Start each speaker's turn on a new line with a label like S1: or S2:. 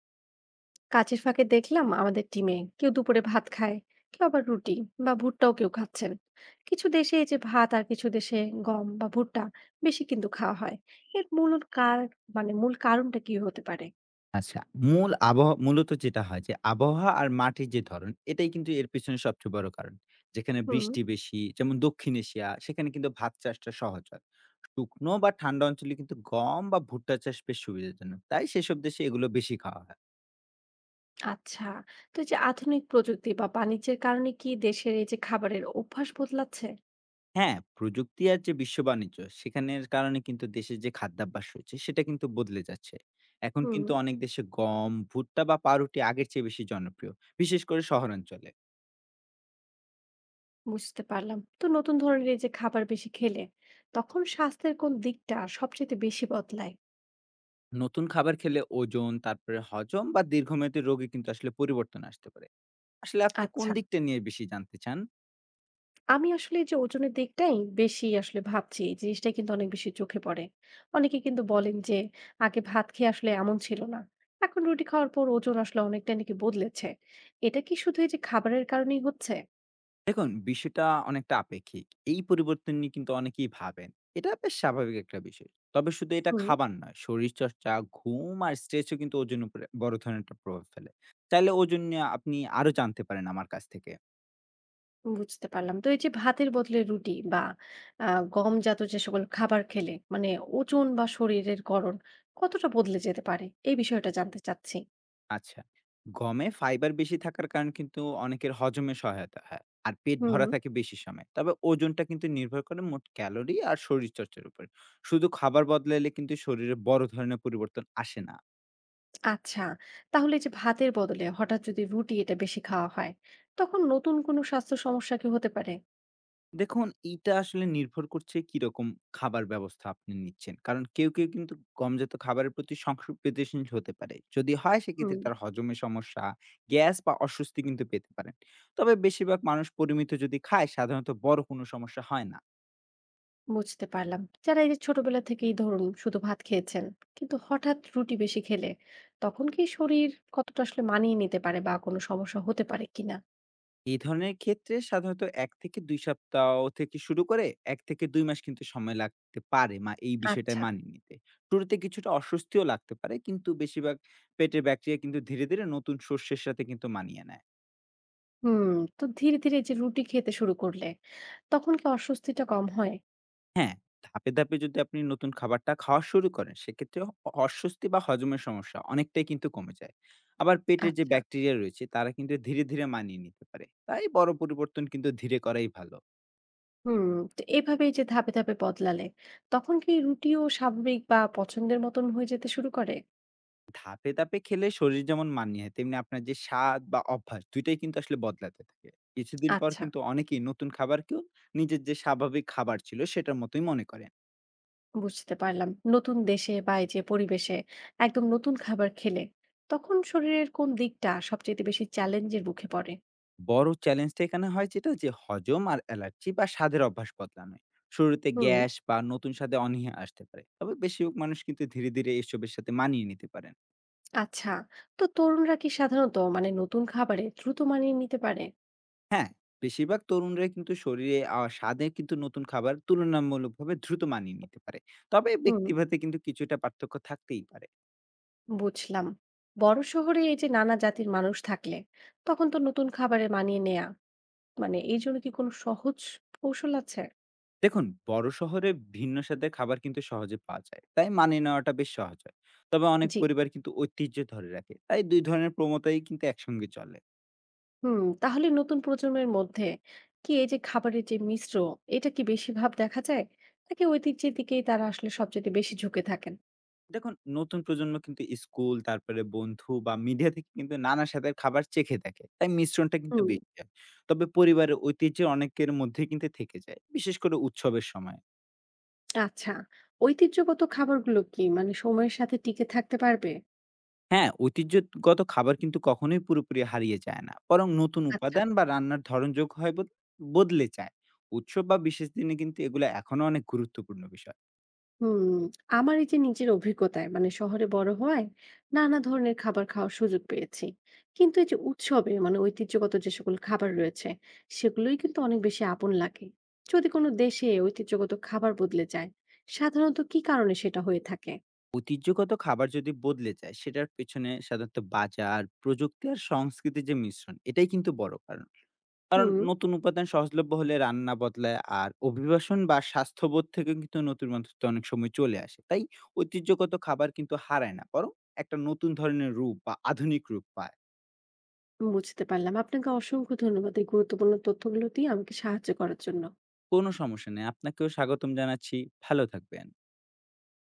S1: কাজের ফাঁকে দেখলাম আমাদের টিমে কেউ দুপুরে ভাত খায়, কেউ আবার রুটি বা ভুট্টাও কেউ খাচ্ছেন। কিছু দেশে এই যে ভাত আর কিছু দেশে গম বা ভুট্টা বেশি কিন্তু খাওয়া হয়। এর মূল কার মানে মূল কারণটা কি হতে পারে?
S2: আচ্ছা। মূল আবহাওয়া মূলত যেটা হয় যে আবহাওয়া আর মাটির যে ধরন এটাই কিন্তু এর পেছনে সবচেয়ে বড় কারণ। যেখানে
S1: হুম।
S2: বৃষ্টি বেশি যেমন দক্ষিণ এশিয়া সেখানে কিন্তু ভাত চাষটা সহজ হয়। শুকনো বা ঠান্ডা অঞ্চলে কিন্তু গম বা ভুট্টা চাষ বেশ সুবিধাজনক। তাই সেসব দেশে এগুলো বেশি খাওয়া হয়।
S1: আচ্ছা, তো এই যে আধুনিক প্রযুক্তি বা বাণিজ্যের কারণে কি দেশের এই যে খাবারের অভ্যাস বদলাচ্ছে?
S2: হ্যাঁ, প্রযুক্তি আর যে বিশ্ব বাণিজ্য সেখানের কারণে কিন্তু দেশের যে খাদ্যাভ্যাস রয়েছে সেটা কিন্তু বদলে যাচ্ছে। এখন
S1: হুম।
S2: কিন্তু অনেক দেশে গম, ভুট্টা বা পাউরুটি আগের চেয়ে বেশি জনপ্রিয়। বিশেষ করে শহরাঞ্চলে।
S1: বুঝতে পারলাম, তো নতুন ধরনের এই যে খাবার বেশি খেলে তখন স্বাস্থ্যের কোন দিকটা সবচেয়ে বেশি বদলায়?
S2: নতুন খাবার খেলে ওজন, তারপরে হজম বা দীর্ঘমেয়াদী রোগে কিন্তু আসলে পরিবর্তন আসতে পারে। আসলে আপনি কোন
S1: আচ্ছা,
S2: দিকটা নিয়ে বেশি জানতে চান?
S1: আমি আসলে এই যে ওজনের দিকটাই বেশি আসলে ভাবছি। এই জিনিসটা কিন্তু অনেক বেশি চোখে পড়ে। অনেকে কিন্তু বলেন যে, "আগে ভাত খেয়ে আসলে এমন ছিল না। এখন রুটি খাওয়ার পর ওজন আসলে অনেকটাই নাকি বদলেছে।" এটা কি শুধু এই যে খাবারের কারণেই হচ্ছে?
S2: দেখুন, বিষয়টা অনেকটা আপেক্ষিক। এই পরিবর্তন নিয়ে কিন্তু অনেকেই ভাবেন। এটা বেশ স্বাভাবিক একটা বিষয়। তবে শুধু এটা
S1: হুম,
S2: খাবার নয়, শরীরচর্চা, ঘুম আর স্ট্রেচও কিন্তু ওজনের উপরে বড় ধরনের একটা প্রভাব ফেলে। চাইলে ওজন নিয়ে আপনি আরো জানতে পারেন আমার কাছ থেকে।
S1: বুঝতে পারলাম। তো এই যে ভাতের বদলে রুটি বা আ গমজাত যে সকল খাবার খেলে মানে ওজন বা শরীরের গড়ন কতটা বদলে যেতে পারে? এই বিষয়টা জানতে চাচ্ছি।
S2: আচ্ছা। গমে ফাইবার বেশি থাকার কারণে কিন্তু অনেকের হজমে সহায়তা হয়। আর পেট
S1: হুম।
S2: ভরা থাকে বেশি সময়। তবে ওজনটা কিন্তু নির্ভর করে মোট ক্যালোরি আর শরীরচর্চার উপর। শুধু খাবার বদলাইলে কিন্তু শরীরে বড় ধরনের পরিবর্তন আসে না।
S1: আচ্ছা, তাহলে এই যে ভাতের বদলে হঠাৎ যদি রুটি এটা বেশি খাওয়া হয়, তখন নতুন কোনো স্বাস্থ্য সমস্যা কি হতে পারে?
S2: দেখুন এইটা আসলে নির্ভর করছে কিরকম খাবার ব্যবস্থা আপনি নিচ্ছেন। কারণ কেউ, কেউ কিন্তু গমজাত খাবারের প্রতি সংবেদনশীল হতে পারে। যদি হয়
S1: হুম।
S2: সেক্ষেত্রে তার হজমে সমস্যা, গ্যাস বা অস্বস্তি কিন্তু পেতে পারেন। তবে বেশিরভাগ মানুষ পরিমিত যদি খায় সাধারণত বড় কোনো সমস্যা হয় না।
S1: বুঝতে পারলাম, যারা এই যে ছোটবেলা থেকেই ধরুন শুধু ভাত খেয়েছেন কিন্তু হঠাৎ রুটি বেশি খেলে তখন কি শরীর কতটা আসলে মানিয়ে নিতে পারে বা কোনো সমস্যা হতে পারে কিনা?
S2: এই ধরনের ক্ষেত্রে সাধারণত ১ থেকে ২ সপ্তাহ থেকে শুরু করে ১ থেকে ২ মাস কিন্তু সময় লাগতে পারে এই বিষয়টা
S1: আচ্ছা।
S2: মানিয়ে নিতে। শুরুতে কিছুটা অস্বস্তিও লাগতে পারে কিন্তু বেশিরভাগ পেটের ব্যাকটেরিয়া কিন্তু ধীরে, ধীরে নতুন শস্যের সাথে কিন্তু মানিয়ে নেয়।
S1: হুম, তো ধীরে ধীরে এই যে রুটি খেতে শুরু করলে তখন কি অস্বস্তিটা কম হয়?
S2: হ্যাঁ, ধাপে, ধাপে যদি আপনি নতুন খাবারটা খাওয়া শুরু করেন সেক্ষেত্রে অস্বস্তি বা হজমের সমস্যা অনেকটাই কিন্তু কমে যায়। আবার পেটের যে
S1: আচ্ছা।
S2: ব্যাকটেরিয়া রয়েছে তারা কিন্তু ধীরে, ধীরে মানিয়ে নিতে পারে। তাই বড় পরিবর্তন কিন্তু ধীরে করাই ভালো।
S1: হুম, তো এভাবে এই যে ধাপে ধাপে বদলালে তখন কি রুটিও স্বাভাবিক বা পছন্দের মতন হয়ে যেতে শুরু করে?
S2: ধাপে, ধাপে খেলে শরীর যেমন মানিয়ে হয়, তেমনি আপনার যে স্বাদ বা অভ্যাস ২ টাই কিন্তু আসলে বদলাতে থাকে। কিছুদিন পর
S1: আচ্ছা,
S2: কিন্তু অনেকেই নতুন খাবারকেও নিজের যে স্বাভাবিক খাবার ছিল সেটার মতোই মনে করেন।
S1: বুঝতে পারলাম। নতুন দেশে বা এই যে পরিবেশে একদম নতুন খাবার খেলে তখন শরীরের কোন দিকটা সবচেয়ে বেশি চ্যালেঞ্জের মুখে পড়ে?
S2: বড় চ্যালেঞ্জটা এখানে হয় যেটা যে হজম আর অ্যালার্জি বা স্বাদের অভ্যাস বদলানোয়। শুরুতে
S1: হুম।
S2: গ্যাস বা নতুন স্বাদে অনীহা আসতে পারে। তবে বেশিরভাগ মানুষ কিন্তু ধীরে, ধীরে এসবের সাথে মানিয়ে নিতে পারেন।
S1: আচ্ছা, তো তরুণরা কি সাধারণত মানে নতুন খাবারে দ্রুত মানিয়ে নিতে পারে?
S2: হ্যাঁ, বেশিরভাগ তরুণরাই কিন্তু শরীরে স্বাদে কিন্তু নতুন খাবার তুলনামূলকভাবে দ্রুত মানিয়ে নিতে পারে। তবে
S1: হুম,
S2: ব্যক্তিভেদে কিন্তু কিছুটা পার্থক্য থাকতেই পারে।
S1: বুঝলাম। বড় শহরে এই যে নানা জাতির মানুষ থাকলে তখন তো নতুন খাবারে মানিয়ে নেয়া মানে এই জন্য কি কোনো সহজ কৌশল আছে?
S2: দেখুন, বড় শহরে ভিন্ন স্বাদের খাবার কিন্তু সহজে পাওয়া যায়। তাই মানিয়ে নেওয়াটা বেশ সহজ হয়। তবে অনেক
S1: জি।
S2: পরিবার কিন্তু ঐতিহ্য ধরে রাখে। তাই ২ ধরনের প্রবণতাই কিন্তু একসঙ্গে চলে।
S1: হুম, তাহলে নতুন প্রজন্মের মধ্যে কি এই যে খাবারের যে মিশ্র এটা কি বেশি ভাব দেখা যায়, নাকি ঐতিহ্যের দিকেই তারা আসলে সবচেয়ে বেশি ঝুঁকে থাকেন?
S2: দেখুন, নতুন প্রজন্ম কিন্তু স্কুল, তারপরে বন্ধু বা মিডিয়া থেকে কিন্তু নানা স্বাদের খাবার চেখে দেখে। তাই মিশ্রণটা কিন্তু
S1: হুম।
S2: বেশি হয়। তবে পরিবারের ঐতিহ্যের অনেকের মধ্যে কিন্তু থেকে যায়, বিশেষ করে উৎসবের সময়।
S1: আচ্ছা, ঐতিহ্যগত খাবারগুলো কি মানে সময়ের সাথে টিকে থাকতে পারবে?
S2: হ্যাঁ, ঐতিহ্যগত খাবার কিন্তু কখনোই পুরোপুরি হারিয়ে যায় না। বরং নতুন
S1: আচ্ছা।
S2: উপাদান বা রান্নার ধরন যোগ হয় বদলে যায়। উৎসব বা বিশেষ দিনে কিন্তু এগুলো এখনো অনেক গুরুত্বপূর্ণ বিষয়।
S1: হুম, আমার এই যে নিজের অভিজ্ঞতায় মানে শহরে বড় হওয়ায় নানা ধরনের খাবার খাওয়ার সুযোগ পেয়েছি, কিন্তু এই যে উৎসবে মানে ঐতিহ্যগত যে সকল খাবার রয়েছে সেগুলোই কিন্তু অনেক বেশি আপন লাগে। যদি কোনো দেশে ঐতিহ্যগত খাবার বদলে যায়, সাধারণত কি কারণে সেটা হয়ে থাকে?
S2: ঐতিহ্যগত খাবার যদি বদলে যায়, সেটার পেছনে সাধারণত বাজার, প্রযুক্তি আর সংস্কৃতির যে মিশ্রণ, এটাই কিন্তু বড় কারণ। কারণ
S1: হুম,
S2: নতুন উপাদান সহজলভ্য হলে রান্না বদলায় আর অভিবাসন বা স্বাস্থ্যবোধ থেকে কিন্তু নতুন মানুষত্ব অনেক সময় চলে আসে। তাই ঐতিহ্যগত খাবার কিন্তু হারায় না, বরং একটা নতুন ধরনের রূপ বা আধুনিক রূপ পায়।
S1: বুঝতে পারলাম। আপনাকে অসংখ্য ধন্যবাদ এই গুরুত্বপূর্ণ তথ্যগুলো দিয়ে আমাকে সাহায্য করার জন্য।
S2: কোনো সমস্যা নেই। আপনাকেও স্বাগতম জানাচ্ছি। ভালো থাকবেন।